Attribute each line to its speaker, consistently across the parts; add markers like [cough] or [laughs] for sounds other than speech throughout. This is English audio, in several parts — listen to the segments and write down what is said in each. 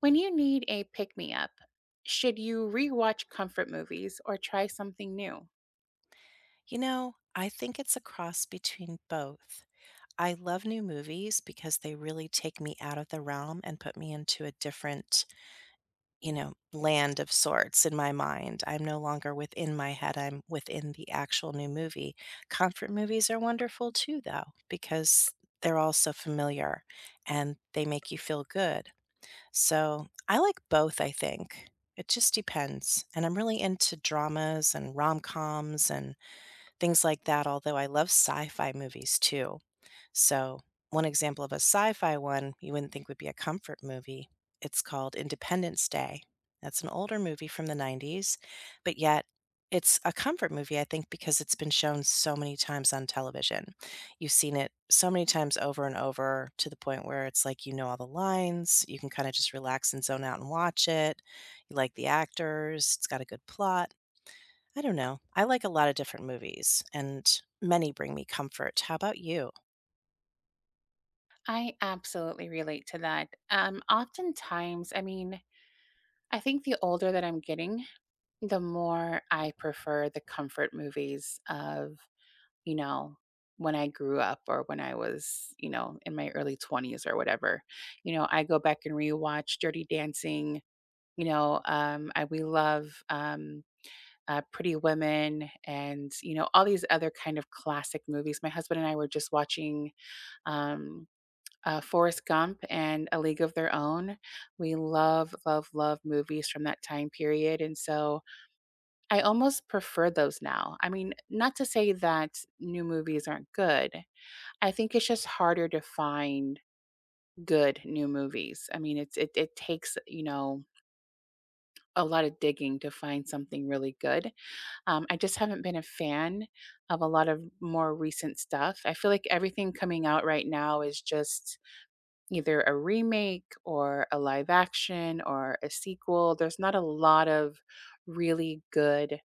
Speaker 1: When you need a pick me up, should you rewatch comfort movies or try something new?
Speaker 2: You know, I think it's a cross between both. I love new movies because they really take me out of the realm and put me into a different, you know, land of sorts in my mind. I'm no longer within my head, I'm within the actual new movie. Comfort movies are wonderful too, though, because they're all so familiar and they make you feel good. So I like both, I think. It just depends. And I'm really into dramas and rom coms and things like that, although I love sci-fi movies too. So, one example of a sci-fi one you wouldn't think would be a comfort movie, it's called Independence Day. That's an older movie from the 90s, but yet it's a comfort movie, I think, because it's been shown so many times on television. You've seen it so many times over and over to the point where it's like you know all the lines, you can kind of just relax and zone out and watch it. You like the actors, it's got a good plot. I don't know. I like a lot of different movies, and many bring me comfort. How about you?
Speaker 1: I absolutely relate to that. Oftentimes, I mean, I think the older that I'm getting, the more I prefer the comfort movies of, you know, when I grew up or when I was, you know, in my early 20s or whatever. You know, I go back and rewatch Dirty Dancing. You know, I we love Pretty Women, and you know all these other kind of classic movies. My husband and I were just watching um, Forrest Gump and A League of Their Own. We love, love, love movies from that time period, and so I almost prefer those now. I mean, not to say that new movies aren't good. I think it's just harder to find good new movies. I mean, it takes a lot of digging to find something really good. I just haven't been a fan of a lot of more recent stuff. I feel like everything coming out right now is just either a remake or a live action or a sequel. There's not a lot of really good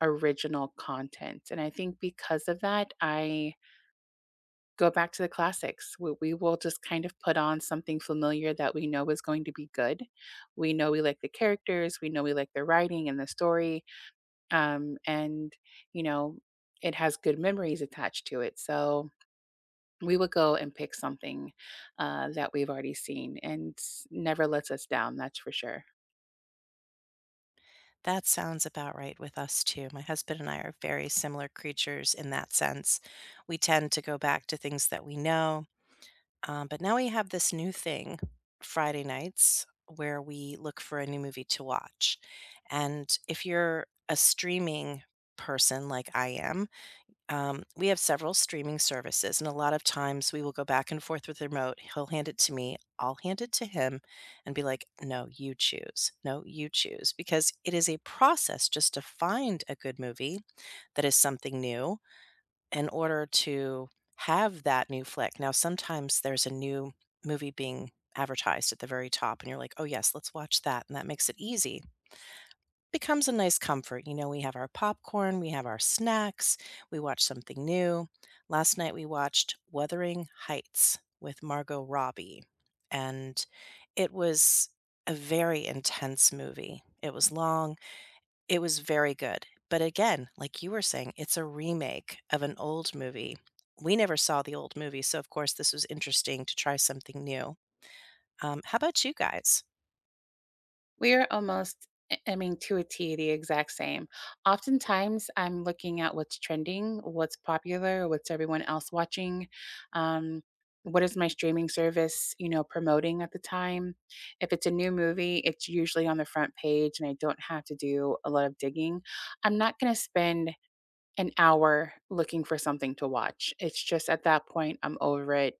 Speaker 1: original content. And I think because of that, I go back to the classics. We will just kind of put on something familiar that we know is going to be good. We know we like the characters, we know we like the writing and the story and you know It has good memories attached to it, so we would go and pick something that we've already seen and never lets us down. That's for sure.
Speaker 2: That sounds about right with us too. My husband and I are very similar creatures in that sense. We tend to go back to things that we know. But now we have this new thing, Friday nights, where we look for a new movie to watch. And if you're a streaming person like I am, we have several streaming services. And a lot of times we will go back and forth with the remote. He'll hand it to me, I'll hand it to him, and be like, no, you choose. No, you choose. Because it is a process just to find a good movie that is something new in order to have that new flick. Now, sometimes there's a new movie being advertised at the very top, and you're like, oh, yes, let's watch that. And that makes it easy. Becomes a nice comfort. You know, we have our popcorn, we have our snacks, we watch something new. Last night we watched Wuthering Heights with Margot Robbie, and it was a very intense movie. It was long, it was very good, but again, like you were saying, it's a remake of an old movie. We never saw the old movie, so of course this was interesting to try something new. How about you guys?
Speaker 1: We are almost, I mean, to a T, the exact same. Oftentimes, I'm looking at what's trending, what's popular, what's everyone else watching, um, what is my streaming service, you know, promoting at the time. If it's a new movie, it's usually on the front page, and I don't have to do a lot of digging. I'm not going to spend an hour looking for something to watch. It's just at that point, I'm over it.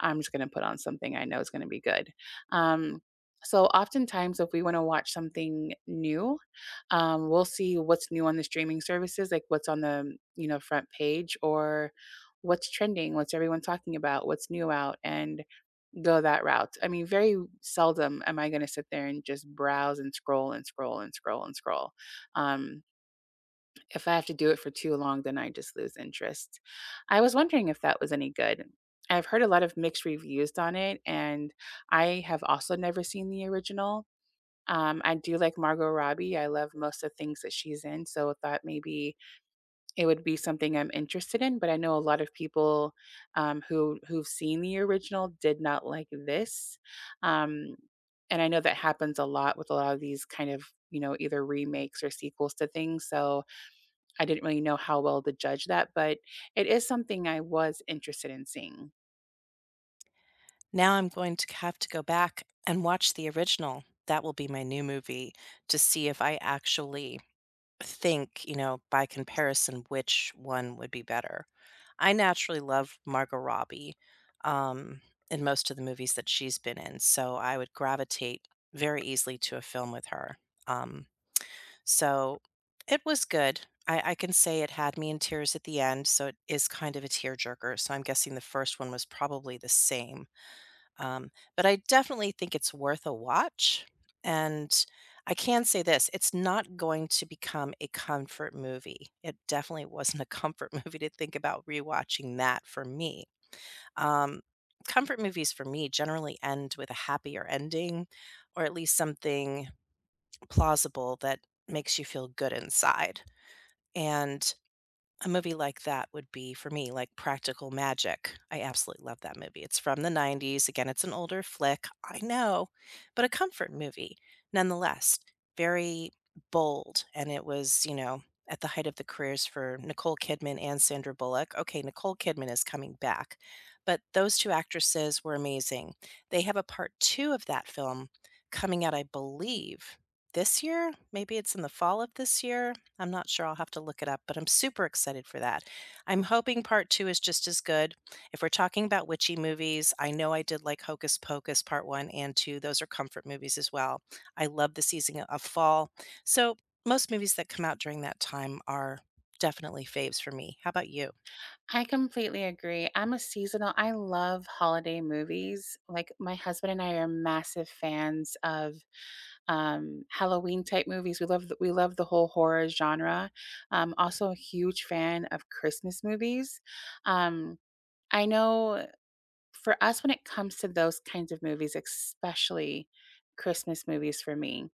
Speaker 1: I'm just going to put on something I know is going to be good. Um, so, oftentimes, if we want to watch something new, we'll see what's new on the streaming services, like what's on the front page or what's trending, what's everyone talking about, what's new out, and go that route. I mean, very seldom am I going to sit there and just browse and scroll and scroll and scroll and scroll. Um, if I have to do it for too long, then I just lose interest. I was wondering if that was any good. I've heard a lot of mixed reviews on it, and I have also never seen the original. I do like Margot Robbie. I love most of the things that she's in, so I thought maybe it would be something I'm interested in. But I know a lot of people who've seen the original did not like this, um, and I know that happens a lot with a lot of these kind of either remakes or sequels to things. So I didn't really know how well to judge that, but it is something I was interested in seeing.
Speaker 2: Now I'm going to have to go back and watch the original. That will be my new movie to see if I actually think, you know, by comparison, which one would be better. I naturally love Margot Robbie, um, in most of the movies that she's been in, so I would gravitate very easily to a film with her. Um, so it was good. I can say it had me in tears at the end, so it is kind of a tearjerker. So I'm guessing the first one was probably the same. Um, but I definitely think it's worth a watch. And I can say this, it's not going to become a comfort movie. It definitely wasn't a comfort [laughs] movie to think about rewatching that for me. Um, comfort movies for me generally end with a happier ending or at least something plausible that makes you feel good inside. And a movie like that would be, for me, like Practical Magic. I absolutely love that movie. It's from the 90s. Again, it's an older flick, I know, but a comfort movie nonetheless. Very bold, and it was, you know, at the height of the careers for Nicole Kidman and Sandra Bullock. Okay, Nicole Kidman is coming back, but those 2 actresses were amazing. They have a part 2 of that film coming out, I believe, this year? Maybe it's in the fall of this year? I'm not sure. I'll have to look it up, but I'm super excited for that. I'm hoping part 2 is just as good. If we're talking about witchy movies, I know I did like Hocus Pocus part 1 and 2. Those are comfort movies as well. I love the season of fall. So, most movies that come out during that time are definitely faves for me. How about you?
Speaker 1: I completely agree. I'm a seasonal. I love holiday movies. Like my husband and I are massive fans of Halloween type movies. We love the whole horror genre. Also a huge fan of Christmas movies. Um, I know for us when it comes to those kinds of movies, especially Christmas movies for me,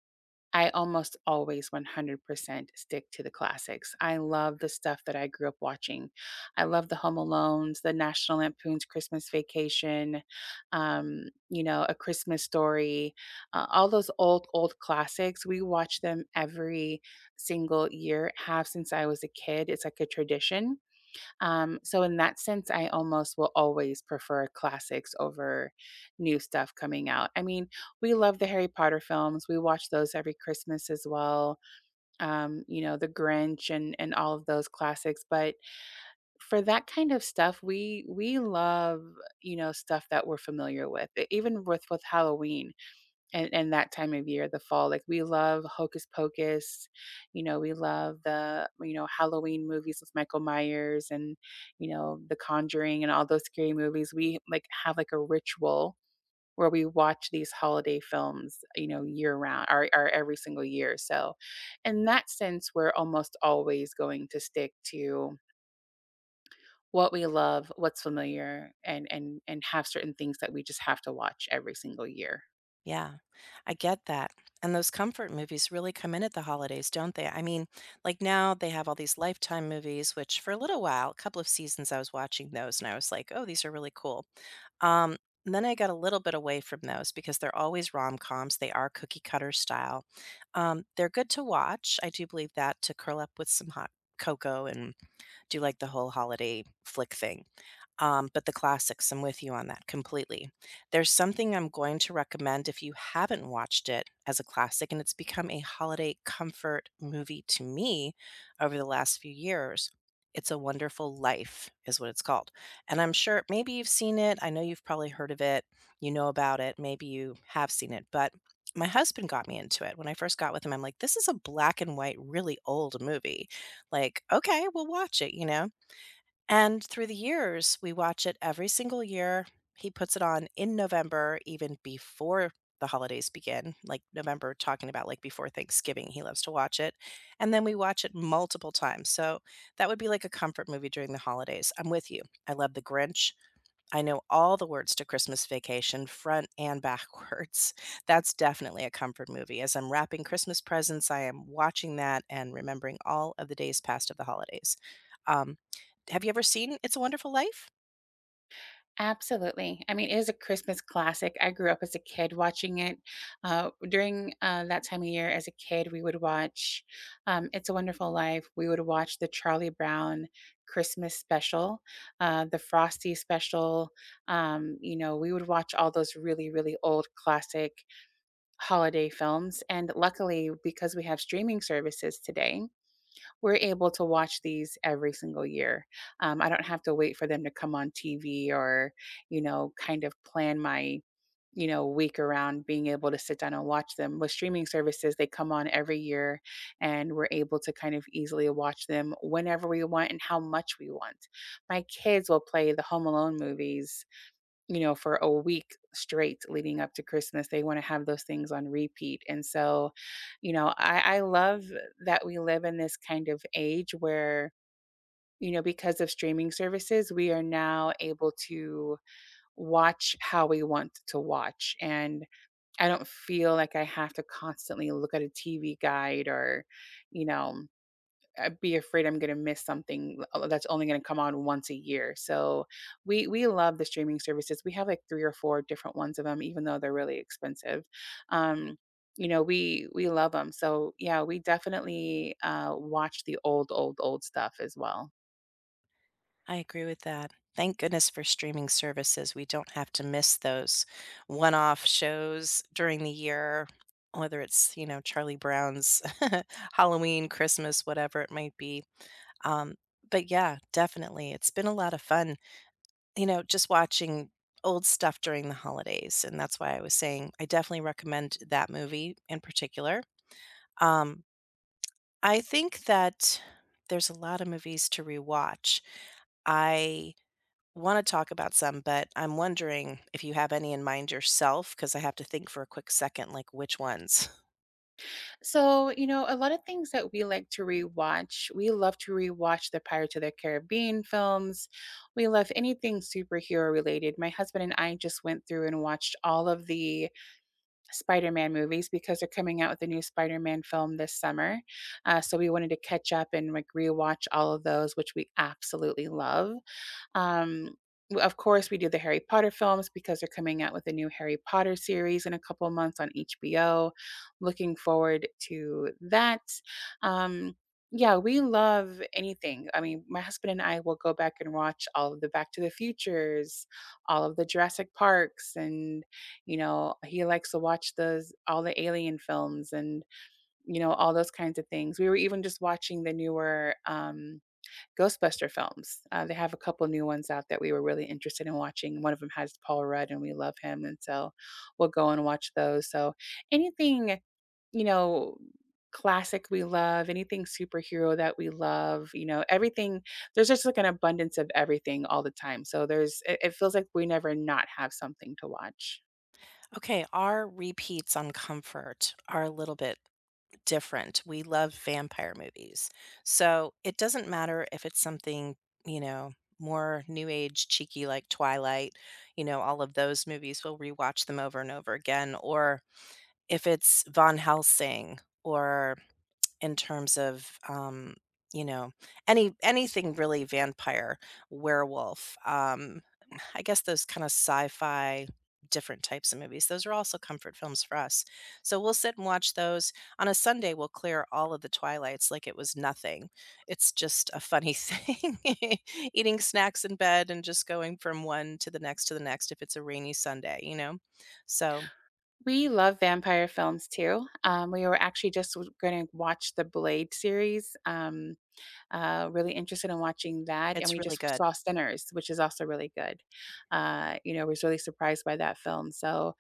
Speaker 1: I almost always 100% stick to the classics. I love the stuff that I grew up watching. I love the Home Alones, the National Lampoon's Christmas Vacation, um, you know, A Christmas Story, all those old, old classics. We watch them every single year, have since I was a kid. It's like a tradition. So in that sense, I almost will always prefer classics over new stuff coming out. I mean, we love the Harry Potter films. We watch those every Christmas as well. You know, The Grinch and all of those classics, but for that kind of stuff, we love, you know, stuff that we're familiar with. Even with Halloween, and that time of year, the fall. Like we love Hocus Pocus, you know, we love the Halloween movies with Michael Myers and you know The Conjuring and all those scary movies. We like have like a ritual where we watch these holiday films, you know, year round or every single year. So, in that sense, we're almost always going to stick to what we love, what's familiar, and and have certain things that we just have to watch every single year.
Speaker 2: Yeah. I get that. And those comfort movies really come in at the holidays, don't they? I mean, like now they have all these Lifetime movies, which for a little while, a couple of seasons, I was watching those and I was like, oh, these are really cool. Um, and then I got a little bit away from those because they're always rom-coms. They are cookie cutter style. They're good to watch. I do believe that, to curl up with some hot cocoa and do like the whole holiday flick thing. But the classics, I'm with you on that completely. There's something I'm going to recommend if you haven't watched it as a classic, and it's become a holiday comfort movie to me over the last few years. It's a Wonderful Life, is what it's called. And I'm sure maybe you've seen it. I know you've probably heard of it. You know about it. Maybe you have seen it. But my husband got me into it. When I first got with him, I'm like, this is a black and white, really old movie. Like, okay, we'll watch it, you know? And through the years, we watch it every single year. He puts it on in November, even before the holidays begin, like November, talking about like before Thanksgiving. He loves to watch it. And then we watch it multiple times. So that would be like a comfort movie during the holidays. I'm with you. I love The Grinch. I know all the words to Christmas Vacation front and backwards. [laughs] That's definitely a comfort movie. As I'm wrapping Christmas presents, I am watching that and remembering all of the days past of the holidays. Um, have you ever seen It's a Wonderful Life?
Speaker 1: Absolutely. I mean, it is a Christmas classic. I grew up as a kid watching it. During that time of year, as a kid, we would watch It's a Wonderful Life. We would watch the Charlie Brown Christmas special, the Frosty special. You know, we would watch all those really, really old classic holiday films. And luckily, because we have streaming services today, we're able to watch these every single year. I don't have to wait for them to come on TV or, you know, kind of plan my week around being able to sit down and watch them. With streaming services, they come on every year, and we're able to kind of easily watch them whenever we want and how much we want. My kids will play the Home Alone movies, you know, for a week straight leading up to Christmas. They want to have those things on repeat. And so, you know, I love that we live in this kind of age where, you know, because of streaming services, we are now able to watch how we want to watch. And I don't feel like I have to constantly look at a TV guide or, you know, be afraid I'm gonna miss something l that's only gonna come on once a year. So, we love the streaming services. We have, like, three or four different ones of them, even though they're really expensive. Um, you know, we love them. So, yeah, we definitely, watch the old, old, old stuff as well.
Speaker 2: I agree with that. Thank goodness for streaming services. We don't have to miss those one off shows during the year, whether it's, you know, Charlie Brown's [laughs] Halloween, Christmas, whatever it might be. Um, but yeah, definitely. It's been a lot of fun, you know, just watching old stuff during the holidays, and that's why I was saying I definitely recommend that movie in particular. Um, I think that there's a lot of movies to rewatch. I want to talk about some, but I'm wondering if you have any in mind yourself, because I have to think for a quick second, like which ones. [laughs]
Speaker 1: So, you know, a lot of things that we like to rewatch, we love to rewatch the Pirates of the Caribbean films. We love anything superhero related. My husband and I just went through and watched all of the Spider-Man movies because they're coming out with a new Spider-Man film this summer. So we wanted to catch up and like rewatch all of those, which we absolutely love. Um, of course, we do the Harry Potter films because they're coming out with a new Harry Potter series in a couple of months on HBO. Looking forward to that. Um, yeah, we love anything. I mean, my husband and I will go back and watch all of the Back to the Futures, all of the Jurassic Parks, and you know, he likes to watch those, all the Alien films, and you know all those kinds of things. We were even just watching the newer Ghostbuster films. They have a couple new ones out that we were really interested in watching. One of them has Paul Rudd, and we love him, and so we'll go and watch those. So anything you know classic we love, anything superhero that we love, you know, everything. There's just like an abundance of everything all the time, so there's it, it feels like we never not have something to watch.
Speaker 2: Okay, our repeats on comfort are a little bit different. We love vampire movies. So it doesn't matter if it's something, you know, more new age cheeky like Twilight, you know, all of those movies, we'll rewatch them over and over again. Or if it's Von Helsing or in terms of, you know, anything really vampire, werewolf, I guess those kinda sci-fi, different types of movies, those are also comfort films for us. So we'll sit and watch those. On a Sunday, we'll clear all of the Twilights like it was nothing. It's just a funny [laughs] thing, eating snacks in bed and just going from one to the next if it's a rainy Sunday, you know? So,
Speaker 1: We love vampire films too. We were actually just going to watch the Blade series. Really interested in watching that, and
Speaker 2: it's
Speaker 1: we
Speaker 2: really
Speaker 1: just
Speaker 2: good.
Speaker 1: saw Sinners, which is also really good. You know, was really surprised by that film. So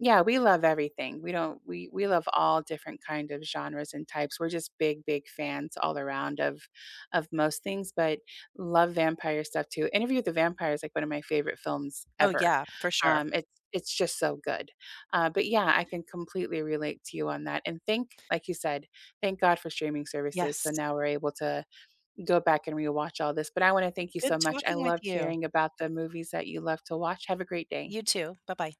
Speaker 1: yeah, we love everything. We don't we love all different kind of genres and types. We're just big, big fans all around of most things, but love vampire stuff too. Interview with the Vampire is like one of my favorite films
Speaker 2: Oh,
Speaker 1: ever.
Speaker 2: yeah, for sure.
Speaker 1: It's just so good. But yeah, I can completely relate to you on that. And thank, like you said, thank God for streaming services. So
Speaker 2: Yes.
Speaker 1: now we're able to go back and rewatch all this. But I want to thank you so
Speaker 2: Good
Speaker 1: much. I
Speaker 2: talking with
Speaker 1: loved
Speaker 2: you.
Speaker 1: hearing about the movies that you love to watch. Have a great day.
Speaker 2: You too. Bye bye.